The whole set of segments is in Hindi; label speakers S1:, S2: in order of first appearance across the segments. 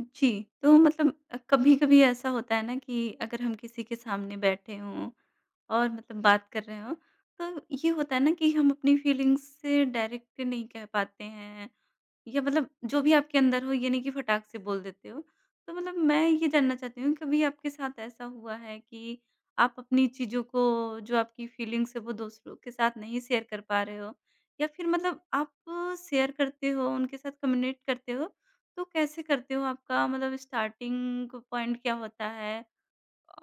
S1: जी। तो मतलब कभी-कभी ऐसा होता है ना कि अगर हम किसी के सामने बैठे हों और मतलब बात कर रहे हों, तो ये होता है ना कि हम अपनी फीलिंग्स से डायरेक्ट नहीं कह पाते हैं या मतलब जो भी आपके अंदर हो ये नहीं कि फटाक से बोल देते हो। तो मतलब मैं ये जानना चाहती हूँ कभी आपके साथ ऐसा हुआ है कि आप अपनी चीज़ों को जो आपकी फीलिंग्स है वो दूसरों के साथ नहीं शेयर कर पा रहे हो? या फिर मतलब आप शेयर करते हो उनके साथ कम्युनिकेट करते हो, तो कैसे करते हो? आपका मतलब स्टार्टिंग पॉइंट क्या होता है?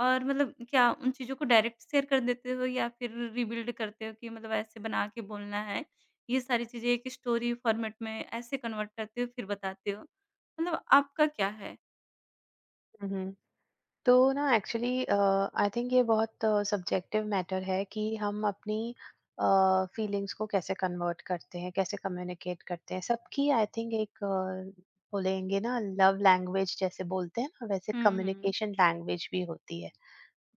S1: और मतलब क्या उन चीज़ों को डायरेक्ट शेयर कर देते हो या फिर रिबिल्ड करते हो कि मतलब ऐसे बना के बोलना है, ये सारी चीज़ें एक स्टोरी फॉर्मेट में ऐसे कन्वर्ट करते हो फिर बताते हो? मतलब आपका क्या है?
S2: हम्म। तो ना एक्चुअली, आई थिंक ये बहुत सब्जेक्टिव मैटर है कि हम अपनी फीलिंग्स को कैसे कन्वर्ट करते हैं, कैसे कम्युनिकेट करते हैं। सबकी आई थिंक एक बोलेंगे ना, लव लैंग्वेज जैसे बोलते हैं ना, वैसे
S1: हुँ, हुँ।
S2: कम्युनिकेशन लैंग्वेज भी होती है।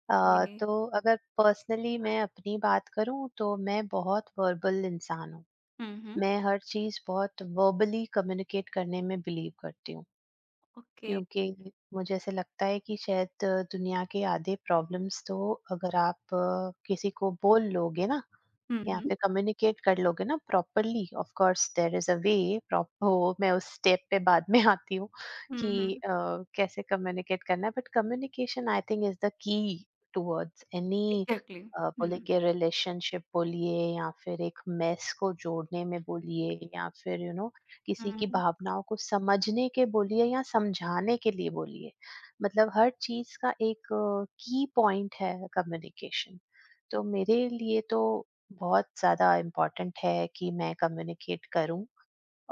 S1: ओके।
S2: तो अगर पर्सनली मैं अपनी बात करूं तो मैं बहुत वर्बल इंसान हूँ।
S1: हुँ, हुँ।
S2: मैं हर चीज बहुत वर्बली कम्युनिकेट करने में बिलीव करती हूँ,
S1: ओके।
S2: क्योंकि मुझे ऐसे लगता है कि शायद दुनिया के आधे प्रॉब्लम्स तो अगर आप किसी को बोल लोगे ना
S1: हुँ,
S2: या
S1: हुँ।
S2: फिर कम्युनिकेट कर लोगे ना properly, of course there is a way, वो मैं उस स्टेप पे बाद में आती हूँ
S1: हुँ,
S2: कि
S1: हुँ।
S2: कैसे कम्युनिकेट करना है, but communication I think is the key towards any,
S1: exactly. हुँ,
S2: बोलेंगे रिलेशनशिप बोलिए या फिर एक मेस को जोड़ने में बोलिए या फिर यू you नो know, किसी की
S1: हुँ।
S2: भावनाओं को समझने के बोलिए या समझाने के लिए बोलिए। मतलब हर चीज का एक की पॉइंट है कम्युनिकेशन। तो मेरे लिए तो बहुत ज़्यादा इम्पोर्टेंट है कि मैं कम्युनिकेट करूँ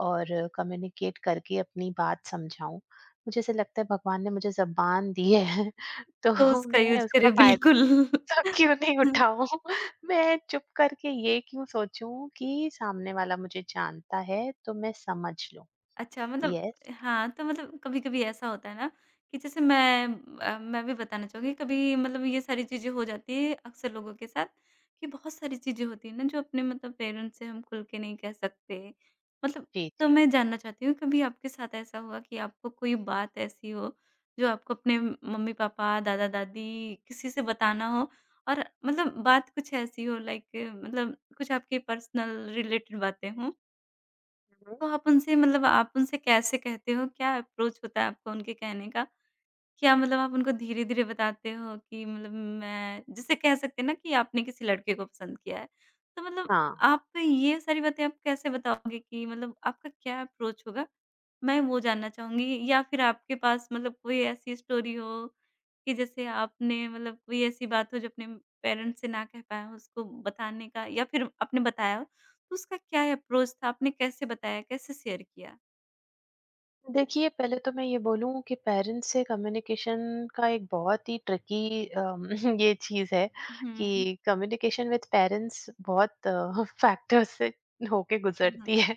S2: और कम्युनिकेट करके अपनी बात समझाऊँ। मुझे ऐसा लगता है भगवान ने मुझे ज़ुबान दी है
S1: तो
S2: तो
S1: उसका
S2: मैं
S1: यूज़
S2: उसका
S1: करें
S2: फ़ायदा
S1: बिल्कुल।
S2: क्यों नहीं उठाऊँ? मैं चुप करके ये क्यों सोचूँ कि सामने वाला मुझे जानता है तो मैं समझ लूँ।
S1: अच्छा, मतलब
S2: यस।
S1: हाँ, तो मतलब कभी-कभी ऐसा होता है ना कि जैसे मैं मैं भी बताना चाहूँगी कभी मतलब ये सारी चीज़ें हो जाती है अक्सर लोगों के साथ कि बहुत सारी चीज़ें होती हैं ना जो अपने मतलब पेरेंट्स से हम खुल के नहीं कह सकते। मतलब
S2: जी,
S1: तो
S2: जी।
S1: मैं जानना चाहती हूँ कभी आपके साथ ऐसा हुआ कि आपको कोई बात ऐसी हो जो आपको अपने मम्मी-पापा, दादा-दादी किसी से बताना हो और मतलब बात कुछ ऐसी हो लाइक मतलब कुछ आपकी पर्सनल रिलेटेड बातें हों
S2: हुँ, हुँ।
S1: तो आप उनसे कैसे कहते हो? क्या अप्रोच होता है आपका उनके कहने का? क्या मतलब आप उनको धीरे-धीरे बताते हो कि मतलब मैं जैसे कह सकते हैं ना कि आपने किसी लड़के को पसंद किया है, तो मतलब
S2: हाँ।
S1: आप ये सारी बातें आप कैसे बताओगे कि मतलब आपका क्या अप्रोच होगा? मैं वो जानना चाहूँगी या फिर आपके पास मतलब कोई ऐसी स्टोरी हो कि जैसे आपने मतलब कोई ऐसी बात हो जो अपने पेरेंट्स से ना कह पाए हो उसको बताने का या फिर आपने बताया हो, तो उसका क्या अप्रोच था? आपने कैसे बताया, कैसे शेयर किया?
S2: देखिए, पहले तो मैं ये बोलूँ कि पेरेंट्स से कम्युनिकेशन का एक बहुत ही ट्रिकी ये चीज़ है
S1: हुँ, हुँ,
S2: कि कम्युनिकेशन विद पेरेंट्स बहुत फैक्टर्स से होके
S1: हुँ,
S2: गुज़रती है।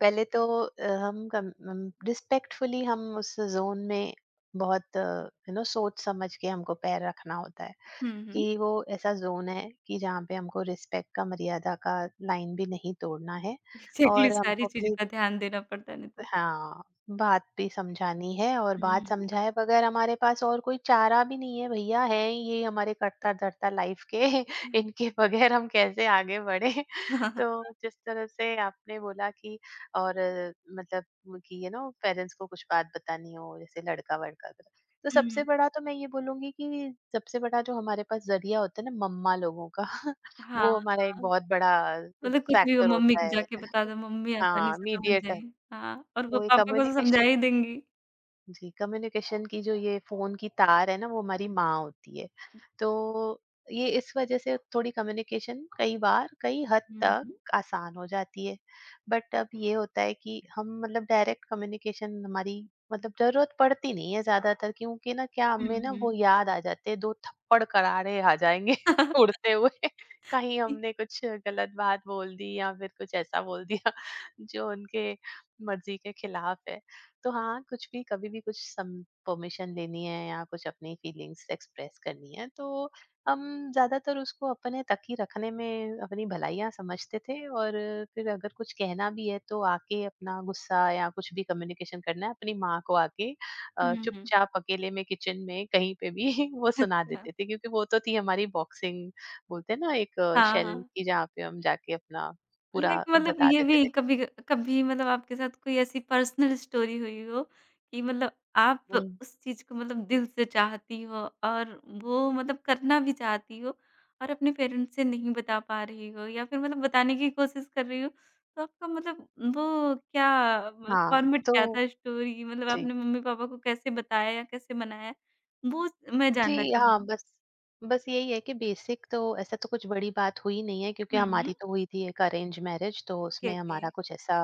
S2: पहले तो हम रिस्पेक्टफुली हम उस ज़ोन में बहुत यू नो सोच समझ के हमको पैर रखना होता है
S1: हुँ,
S2: कि
S1: हुँ।
S2: वो ऐसा ज़ोन है कि जहाँ पे हमको रिस्पेक्ट का, मर्यादा का लाइन भी नहीं तोड़ना है,
S1: एग्ज़ैक्टली,
S2: और
S1: सारी
S2: हमको
S1: चीज़ों
S2: अपनी,
S1: का ध्यान देना पड़ता है नहीं तो
S2: हाँ, बात भी समझानी है और बात
S1: हुँ।
S2: समझाए बगैर हमारे पास और कोई चारा भी नहीं है, भैया है ये हमारे कटता धरता लाइफ के
S1: हुँ।
S2: इनके बगैर हम कैसे आगे बढ़े। तो जिस तरह से आपने बोला कि और अ, मतलब वो कि यू नो पेरेंट्स को कुछ बात बतानी हो, जैसे लड़का वड़का का। तो सबसे बड़ा तो मैं ये बोलूंगी कि सबसे बड़ा जो हमारे पास जरिया होता है ना मम्मा लोगों का,
S1: हाँ,
S2: वो हमारा एक
S1: हाँ।
S2: बहुत बड़ा
S1: मतलब कुछ भी हो
S2: फैक्टर
S1: मम्मी
S2: होता
S1: को
S2: है।
S1: जाके बता दो, मम्मी आसानी
S2: हाँ,
S1: से समझ
S2: मीडिएटर।
S1: जाएगी। हाँ, और वो
S2: तो ये
S1: पापा को तो समझा
S2: कम्युनिकेशन,
S1: ही देंगी।
S2: जी, कम्युनिकेशन की जो ये फ़ोन की तार है ना, वो हमारी माँ होती है। तो ये इस वज़ह से थोड़ी कम्युनिकेशन कई बार, कई हद
S1: हुँ,
S2: तक
S1: हुँ।
S2: आसान हो जाती है। बट अब ये होता है कि हम मतलब डायरेक्ट कम्युनिकेशन हमारी मतलब ज़रूरत पड़ती नहीं है ज़्यादातर, क्योंकि ना क्या
S1: हुँ,
S2: हमें ना वो
S1: हुँ।
S2: याद आ जाते हैं, 2 थप्पड़ करारे आ जाएँगे उड़ते हुए। कहीं हमने कुछ गलत बात बोल दी या फिर कुछ ऐसा बोल दिया जो उनके मर्ज़ी के खिलाफ है। तो हाँ, कुछ भी कभी भी कुछ सम परमिशन लेनी है या कुछ अपनी फीलिंग्स एक्सप्रेस करनी है तो हम ज़्यादातर उसको अपने तक ही रखने में अपनी भलाइयाँ समझते थे, और फिर अगर कुछ कहना भी है तो आके अपना गुस्सा या कुछ भी कम्युनिकेशन करना है अपनी माँ को आके
S1: हुँ, हुँ।
S2: चुपचाप अकेले में किचन में कहीं पे भी वो सुना
S1: अच्छा।
S2: देते थे, क्योंकि वो तो थी हमारी बॉक्सिंग, बोलते हैं ना, एक
S1: हाँ,
S2: शेल
S1: हाँ।
S2: की जहाँ पे हम जाके अपना पूरा
S1: लाइक मतलब
S2: बता
S1: ये
S2: देते
S1: भी
S2: थे।
S1: कभी कभी मतलब आपके साथ कोई ऐसी पर्सनल स्टोरी हुई हो कि मतलब आप
S2: हुँ।
S1: उस चीज़ को मतलब दिल से चाहती हो और वो मतलब करना भी चाहती हो और अपने पेरेंट्स से नहीं बता पा रही हो या फिर मतलब बताने की कोशिश कर रही हो तो आपका मतलब वो क्या मतलब
S2: हाँ,
S1: फॉर्मेट
S2: तो।
S1: क्या था स्टोरी मतलब
S2: जी।
S1: आपने मम्मी पापा को कैसे बताया या कैसे मनाया वो मैं जानना
S2: जी, हाँ,
S1: चाहूंगी।
S2: बस, बस यही है कि बेसिक तो ऐसा तो कुछ बड़ी बात हुई नहीं है, क्योंकि
S1: हुँ, हुँ।
S2: हमारी तो हुई थी एक अरेंज मैरिज, तो
S1: ओके,
S2: उसमें
S1: ओके।
S2: हमारा कुछ ऐसा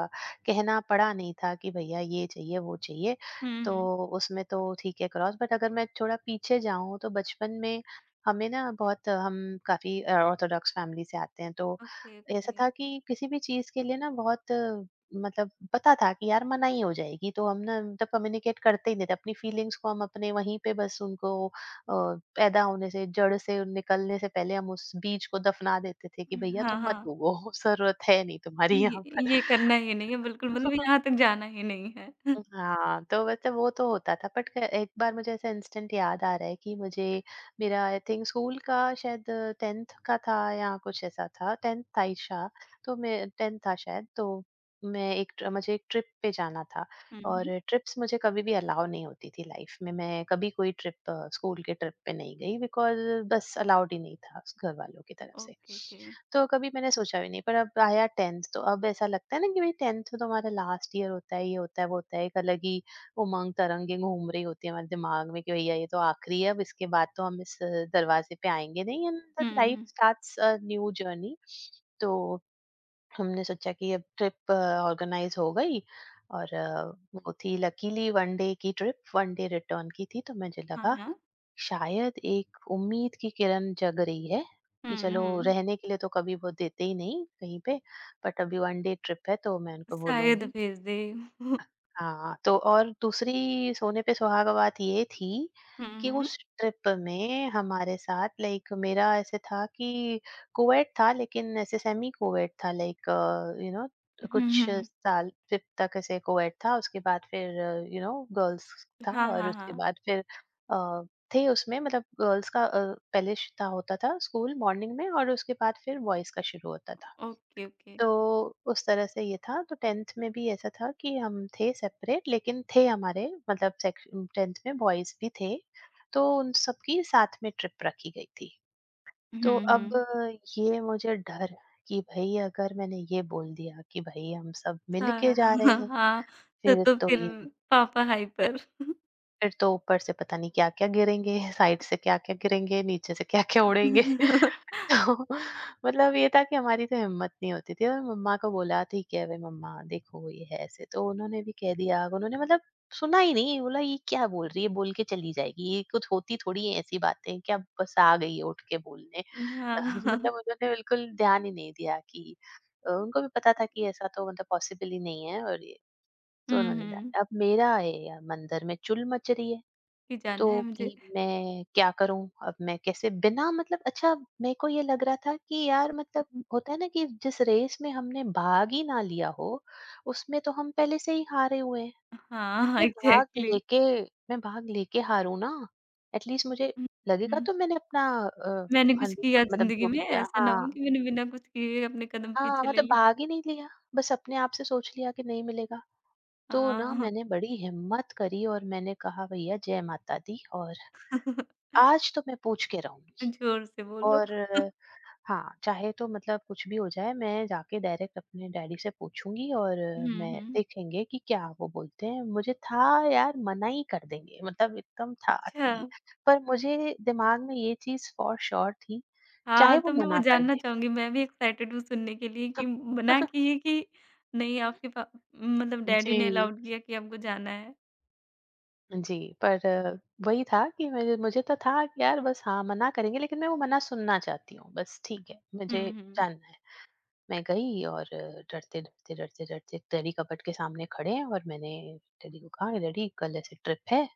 S2: कहना पड़ा नहीं था कि भैया ये चाहिए, वो चाहिए।
S1: हुँ, हुँ।
S2: तो उसमें तो ठीक है क्रॉस, बट अगर मैं थोड़ा पीछे जाऊँ तो बचपन में हमें ना बहुत हम काफ़ी ऑर्थोडॉक्स फैमिली से आते हैं तो
S1: ओके,
S2: ऐसा
S1: ओके।
S2: था कि किसी भी चीज़ के लिए ना बहुत मतलब पता था कि यार मनाही हो जाएगी तो हम ना मतलब कम्युनिकेट करते ही नहीं थे। अपनी फीलिंग्स को हम अपने वहीं पे बस उनको अ, पैदा होने से जड़ से निकलने से पहले हम उस बीज को दफना देते थे कि भैया
S1: हाँ,
S2: तुम मत
S1: हाँ।
S2: उगो, जरूरत है नहीं तुम्हारी
S1: ये
S2: यहाँ
S1: ये करना ही
S2: पर।
S1: नहीं है बिल्कुल, मतलब यहाँ तक जाना ही नहीं है।
S2: हाँ, तो मतलब वो तो होता था बट क एक बार मुझे ऐसा इंस्टेंट याद आ रहा है कि मुझे मेरा आई थिंक स्कूल का शायद 10th का था या कुछ ऐसा था, 10th था ही शा तो मैं 10th था शायद। तो मैं एक ट्र मुझे एक ट्रिप पे जाना था
S1: हुँ, हुँ।
S2: और ट्रिप्स मुझे कभी भी अलाउ नहीं होती थी लाइफ में। मैं कभी कोई ट्रिप स्कूल के ट्रिप पे नहीं गई बिकॉज़ बस अलाउड ही नहीं था स घर वालों की तरफ से।
S1: Okay, okay.
S2: तो कभी मैंने सोचा भी नहीं, पर अब आया 10th तो अब ऐसा लगता है ना कि भाई 10th तो हमारा लास्ट ईयर होता है, ये होता है वो होता है, एक अलग ही उमंग तरंगे घूम रही होती है हमारे दिमाग में कि भैया ये तो आखिरी है, अब इसके बाद तो हम इस दरवाजे पे आएंगे नहीं, एंड
S1: हुँ,
S2: दैट लाइफ
S1: हुँ।
S2: Starts a new journey. तो हमने सोचा कि अब ट्रिप ऑर्गेनाइज हो गई और वो थी लकीली वन डे की ट्रिप, वन डे रिटर्न की थी, तो मुझे
S1: हाँ,
S2: लगा
S1: हाँ।
S2: शायद एक उम्मीद की किरण जग रही है कि
S1: हुँ,
S2: चलो
S1: हुँ।
S2: रहने के लिए तो कभी वो देते ही नहीं कहीं पे, बट अभी वन डे ट्रिप है तो मैं उनको
S1: शायद
S2: बोलूंगी।
S1: भेज दे। हुँ,
S2: हाँ, तो और दूसरी सोने पे सुहागा बात ये थी कि
S1: हुँ।
S2: उस ट्रिप में हमारे साथ लाइक मेरा ऐसे था कि कुवैत था लेकिन ऐसे सेमी कुवैत था, लाइक यू नो,
S1: हुँ,
S2: कुछ
S1: हुँ।
S2: साल फिफ्थ तक ऐसे कुवैत था उसके बाद फिर यू नो गर्ल्स था,
S1: हाँ,
S2: और
S1: हाँ,
S2: उसके
S1: हाँ।
S2: बाद फिर अ, थे उसमें मतलब गर्ल्स का पहले था होता था स्कूल मॉर्निंग में और उसके बाद फिर बॉयज का शुरू होता था।
S1: Okay, okay.
S2: तो उस तरह से ये था, तो 10th में भी ऐसा था कि हम थे सेपरेट लेकिन थे हमारे मतलब सेक्शन 10th में बॉयज भी थे। तो उन सबकी साथ में ट्रिप रखी गई थी। तो
S1: हुँ,
S2: अब
S1: हुँ।
S2: ये मुझे डर कि भई अगर मैंने ये बोल दिया कि भई हम सब मिल
S1: हाँ,
S2: के जा रहे
S1: हाँ।
S2: हैं,
S1: हाँ, तो
S2: फिर
S1: तो
S2: तो
S1: फिर
S2: ये
S1: पापा हाइपर।
S2: फिर तो ऊपर से पता नहीं क्या-क्या गिरेंगे, साइड से क्या-क्या गिरेंगे, नीचे से क्या-क्या उड़ेंगे। तो मतलब ये था कि हमारी तो हिम्मत नहीं होती थी, और मम्मा को बोला ठीक है भाई मम्मा देखो ये है ऐसे, तो उन्होंने भी कह दिया, उन्होंने मतलब सुना ही नहीं, बोला ये क्या बोल रही है, बोल के चली जाएगी, ये कुछ होती थोड़ी है ऐसी बातें, क्या बस आ गई है उठ के बोलने।
S1: हाँ, हाँ।
S2: मतलब उन्होंने बिल्कुल ध्यान ही नहीं दिया कि उनको भी पता था कि ऐसा तो मतलब पॉसिबल ही नहीं है, और ये तो
S1: हुँ,
S2: उन्होंने
S1: हुँ।
S2: अब मेरा है मंदिर में चुल मच रही है।
S1: कि
S2: तो
S1: जाना है मुझे।
S2: कि मैं क्या करूँ? अब मैं कैसे बिना मतलब, अच्छा मेरे को ये लग रहा था कि यार मतलब होता है ना कि जिस रेस में हमने भाग ही ना लिया हो, उसमें तो हम पहले से ही हारे हुए हैं।
S1: हाँ,
S2: मैं भाग
S1: एग्ज़ैक्टली।
S2: लेके मैं भाग लेके हारूँ ना, एटलीस्ट मुझे
S1: हुँ,
S2: लगेगा,
S1: हुँ।
S2: तो मैंने अपना
S1: मैंने
S2: 100
S1: कुछ किया
S2: मतलब
S1: ज़िंदगी
S2: जो भी
S1: में,
S2: दिया,
S1: ऐसा ना हो
S2: हाँ।
S1: कि मैंने बिना कुछ किए अपने कदम
S2: हाँ,
S1: पीछे ले
S2: मतलब
S1: लिए।
S2: भाग ही नहीं लिया, बस अपने आप से सोच लिया कि नहीं मिलेगा। तो ना
S1: हाँ,
S2: मैंने बड़ी हिम्मत करी और मैंने कहा भैया जय माता दी, और आज तो मैं पूछ के रहूँगी।
S1: ज़ोर से बोलो।
S2: और हाँ, चाहे तो मतलब कुछ भी हो जाए, मैं जाके डायरेक्ट अपने डैडी से पूछूँगी और
S1: हुँ,
S2: मैं
S1: हुँ।
S2: देखेंगे कि क्या वो बोलते हैं। मुझे था यार मना ही कर देंगे, मतलब एकदम था
S1: अच्छा,
S2: कि, पर मुझे दिमाग में ये चीज़ फ़ॉर श्योर थी, चाहे
S1: हाँ,
S2: वो
S1: तो मैं वो
S2: मना कर
S1: जानना
S2: दें।
S1: चाहूँगी, मैं भी एक्साइटेड हूँ सुनने के लिए कि मना किए कि नहीं आपके पा मतलब डैडी ने
S2: जी,
S1: अलाउड किया कि आपको जाना है?
S2: जी, पर वही था कि मेरे मुझे तो था कि यार बस हाँ, मना करेंगे लेकिन मैं वो मना सुनना चाहती हूँ, बस ठीक है,
S1: हुँ,
S2: मुझे
S1: हुँ।
S2: जानना है। मैं गई और डरते, डरते, डरते, डरते डेडी कबर्ड के सामने खड़े हैं, और मैंने डैडी को कहा, "डैडी कल ऐसे ट्रिप है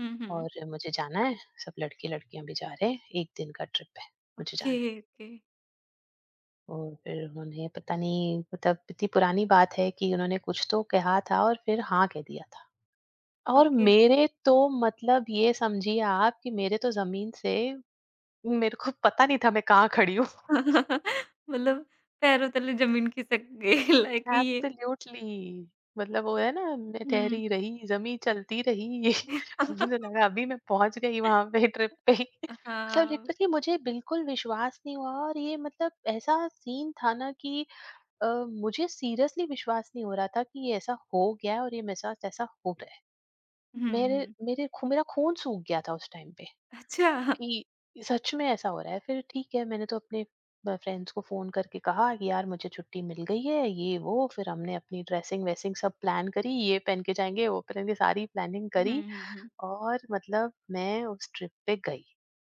S1: हुँ, हुँ।
S2: और मुझे जाना है, सब लड़के-लड़कियाँ भी जा रहे हैं, 1 दिन का ट्रिप है, मुझे जाना
S1: ओके,
S2: है।"
S1: ओके,
S2: और फिर उन्होंने पता नहीं मतलब इतनी पुरानी बात है कि उन्होंने कुछ तो कहा था और फिर हाँ कह दिया था। और
S1: ओके।
S2: मेरे तो मतलब ये समझिए आप कि मेरे तो ज़मीन से मेरे को पता नहीं था मैं कहाँ खड़ी हूँ।
S1: मतलब पैरों तले ज़मीन खिसक गई लाइक ये।
S2: एब्सोल्युटली मतलब वो है ना, मैं
S1: हुँ।
S2: ठहरी रही जमी चलती रही ये मुझे लगा अभी मैं पहुंच गई वहां पे ट्रिप पे। मतलब
S1: हाँ।
S2: लिटरली मुझे बिल्कुल विश्वास नहीं हुआ, और ये मतलब ऐसा सीन था ना कि अ, मुझे सीरियसली विश्वास नहीं हो रहा था कि ये ऐसा हो गया है और ये मेरे साथ ऐसा हो रहा है।
S1: हुँ,
S2: मेरे
S1: हुँ।
S2: मेरे खू, मेरा खून सूख गया था उस टाइम पे
S1: अच्छा।
S2: कि सच में ऐसा हो रहा है। फिर ठीक है मैंने तो अपने फ्रेंड्स को फोन करके कहा कि यार मुझे छुट्टी मिल गई है, ये वो। फिर हमने अपनी ड्रेसिंग वेसिंग सब प्लान करी, ये पहन के जाएंगे वो पहन के, सारी प्लानिंग
S1: हुँ,
S2: करी।
S1: हुँ, हुँ।
S2: और मतलब मैं उस ट्रिप पे गई।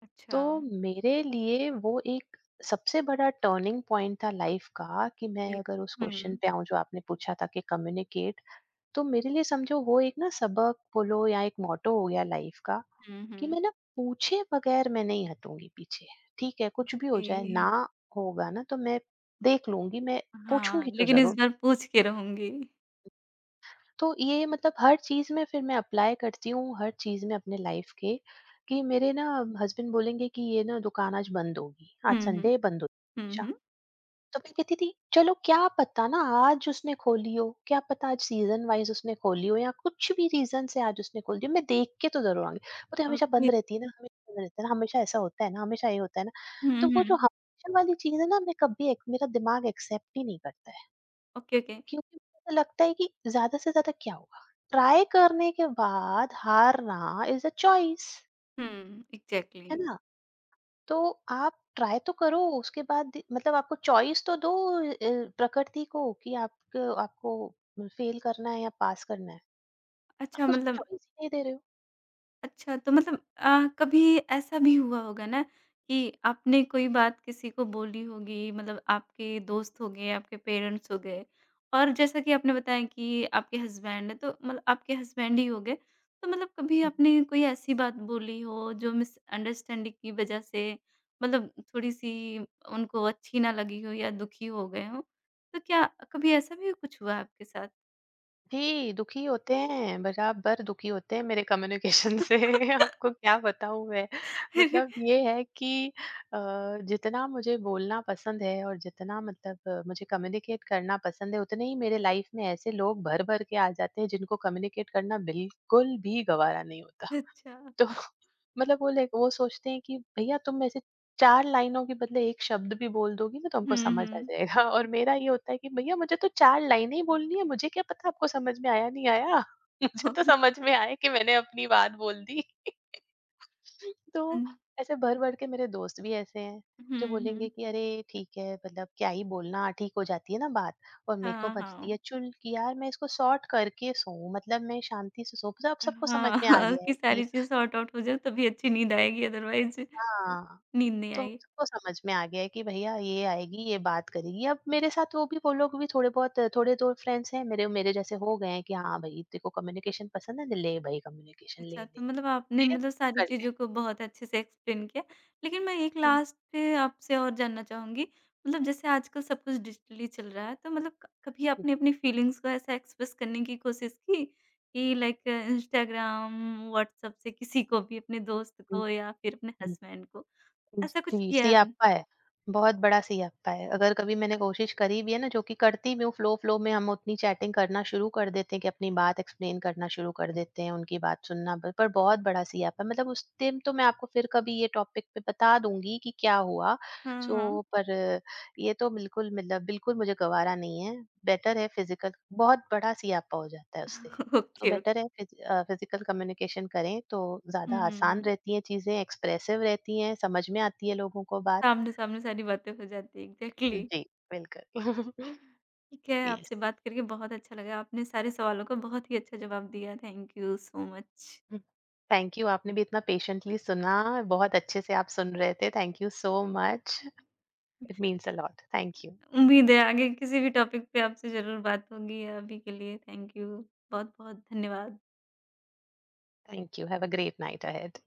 S1: अच्छा।
S2: तो मेरे लिए वो एक सबसे बड़ा टर्निंग पॉइंट था लाइफ का। कि मैं
S1: जी।
S2: अगर उस क्वेश्चन
S1: हुँ,
S2: पे आऊं जो आपने पूछा था कि कम्युनिकेट, तो मेरे लिए समझो वो एक ना सबक बोलो या एक मोटो हो गया लाइफ का
S1: हुँ,
S2: कि
S1: हुँ।
S2: मैं ना पूछे बगैर मैं नहीं हटूंगी पीछे। ठीक है, कुछ भी हो
S1: ओके।
S2: जाए ना, होगा ना तो मैं देख लूंगी, मैं
S1: हाँ,
S2: पूछूंगी तो
S1: लेकिन इस
S2: जरूर।
S1: बार पूछ के रहूँगी।
S2: तो ये मतलब हर चीज में फिर मैं अप्लाई करती हूँ हर चीज में अपने लाइफ के। कि मेरे ना हस्बैंड बोलेंगे कि ये ना दुकान आज बंद होगी, आज
S1: हुँ, हुँ।
S2: संडे बंद
S1: हुँ,
S2: होगी।
S1: हुँ।
S2: तो मैं कहती थी चलो क्या पता ना आज उसने खोली हो, क्या पता आज सीजन वाइज उसने खोली हो, या कुछ भी रीजन से आज उसने खोली हो, मैं देख के तो जरूर आऊंगी। वो तो हमेशा
S1: ओके।
S2: बंद रहती है ना, हमेशा बंद रहता है ना, हमेशा ऐसा होता है ना, हमेशा ये होता है ना।
S1: हुँ,
S2: तो वो जो
S1: हुँ।
S2: हमेशा वाली चीज है ना, मैं कभी एक, मेरा दिमाग एक्सेप्ट ही नहीं करता है।
S1: Okay, okay.
S2: क्योंकि मुझे तो लगता है कि ज्यादा से ज्यादा क्या होगा, ट्राई करने के बाद हारना इज अ चॉइस
S1: हुँ, एग्ज़ैक्टली।
S2: है ना। तो आप ट्राई तो करो, उसके बाद मतलब आपको चॉइस तो दो, प्रकृति को, कि आप, आपको फेल करना है या पास करना है।
S1: अच्छा
S2: आप उसको
S1: मतलब
S2: चॉइस ही नहीं दे रहे हो।
S1: अच्छा, तो मतलब कभी ऐसा भी हुआ होगा ना कि आपने कोई बात किसी को बोली होगी मतलब आपके दोस्त हो गए, आपके पेरेंट्स हो गए और जैसा कि आपने बताया कि आपके हस्बैंड हैं तो मतलब आपके हस्बैंड ही हो गए। तो मतलब कभी आपने कोई ऐसी बात बोली हो जो मिसअंडरस्टैंडिंग की वज़ह से मतलब थोड़ी-सी उनको अच्छी ना लगी हो या दुखी हो गए हों, तो क्या कभी ऐसा भी कुछ हुआ आपके साथ?
S2: जी दुखी होते हैं, बराबर दुखी होते हैं मेरे कम्युनिकेशन से। आपको क्या बताऊं मैं।
S1: अरे,
S2: मतलब ये है कि अ, जितना मुझे बोलना पसंद है और जितना मतलब मुझे कम्युनिकेट करना पसंद है, उतने ही मेरे लाइफ में ऐसे लोग भर भर के आ जाते हैं जिनको कम्युनिकेट करना बिल्कुल भी गवारा नहीं होता।
S1: अच्छा।
S2: तो मतलब वो लाइक वो सोचते हैं कि भैया तुम ऐसे 4 लाइनों के बदले 1 शब्द भी बोल दोगी ना तो हमको समझ आ
S1: हुँ,
S2: जाएगा। और मेरा ये होता है कि भैया मुझे तो 4 लाइनें ही बोलनी है, मुझे क्या पता आपको समझ में आया नहीं आया। मुझे तो
S1: हुँ।
S2: समझ में आया कि मैंने अपनी बात बोल दी। तो ऐसे भर-भर के मेरे दोस्त भी ऐसे हैं,
S1: हुँ,
S2: जो बोलेंगे
S1: हुँ।
S2: कि अरे ठीक है, मतलब क्या ही बोलना, ठीक हो जाती है ना बात। और मेरे को
S1: हाँ,
S2: बचती
S1: हाँ।
S2: है चुल कि यार मैं इसको सॉर्ट करके सोऊँ, मतलब मैं शांति से सो, मतलब अब सबको समझ
S1: हाँ,
S2: में आ
S1: हाँ,
S2: गया
S1: कि
S2: है कि
S1: सारी चीज़ सॉर्ट आउट हो जाए तभी अच्छी नींद
S2: मुझे।
S1: आएगी, अदरवाइज़
S2: हाँ।
S1: नींद नहीं
S2: तो
S1: आएगी।
S2: सबको समझ में आ गया है कि भैया ये आएगी, ये बात करेगी। अब मेरे साथ वो भी वो लोग भी थोड़े बहुत, थोड़े दो फ्रेंड्स हैं मेरे, मेरे जैसे हो गए हैं कि हाँ भाई, तेरे को कम्युनिकेशन पसंद है? ले भाई कम्युनिकेशन, ले,
S1: अच्छा
S2: ले,
S1: तो मतलब आपने
S2: ले,
S1: मतलब सारी
S2: कर ले।
S1: चीज़ों को बहुत अच्छे से एक्सप्लेन किया। लेकिन मैं एक
S2: हुँ,
S1: लास्ट पे आपसे और जानना चाहूँगी मतलब जैसे आजकल सब कुछ डिजिटली चल रहा है तो मतलब क कभी आपने अपनी फीलिंग्स को ऐसा एक्सप्रेस करने की कोशिश की कि लाइक इंस्टाग्राम, व्हाट्सएप से किसी को भी अपने दोस्त
S2: हुँ,
S1: को या फिर अपने
S2: हुँ।
S1: हस्बैंड को? ऐसा कुछ
S2: जी,
S1: किया है आपने?
S2: सियाप्पा है। बहुत बड़ा सियाप्पा है। अगर कभी मैंने कोशिश करी भी है ना, जो कि करती भी हूँ, फ़्लो-फ़्लो में हम उतनी चैटिंग करना शुरू कर देते हैं कि अपनी बात एक्सप्लेन करना शुरू कर देते हैं, उनकी बात सुनना ब पर बहुत बड़ा सियाप्पा है। मतलब उस दिन तो मैं आपको फिर कभी ये टॉपिक पे बता दूँगी कि क्या हुआ।
S1: हाँ, हाँ।
S2: सो पर ये तो बिल्कुल मतलब बिल्कुल मुझे गँवारा नहीं है। बेटर है फ़िज़िकल, बहुत बड़ा सियाप्पा हो जाता है उससे।
S1: ओके,
S2: तो
S1: ओके।
S2: बेटर है फिज़िकल कम्युनिकेशन करें तो
S1: हुँ,
S2: ज़्यादा
S1: हुँ,
S2: आसान
S1: हुँ।
S2: रहती हैं चीज़ें, एक्सप्रेसिव रहती हैं, समझ में आती है लोगों को बात।
S1: सामने-सामने सारी बातें हो जाती हैं, एग्ज़ैक्टली।
S2: जी, बिल्कुल।
S1: ठीक है,
S2: यस।
S1: आपसे बात करके बहुत अच्छा लगा। आपने सारे सवालों का बहुत ही अच्छा जवाब दिया, thank you so much.
S2: Thank you आपने भी इतना पेशेंटली सुना, बहुत अच्छे से आप सुन रहे थे। Thank you so much. It means a lot. Thank you.
S1: उम्मीद है आगे किसी भी टॉपिक पे आपसे ज़रूर बात होगी। अभी के लिए थैंक यू, बहुत-बहुत धन्यवाद।
S2: Thank you. Have a great night ahead.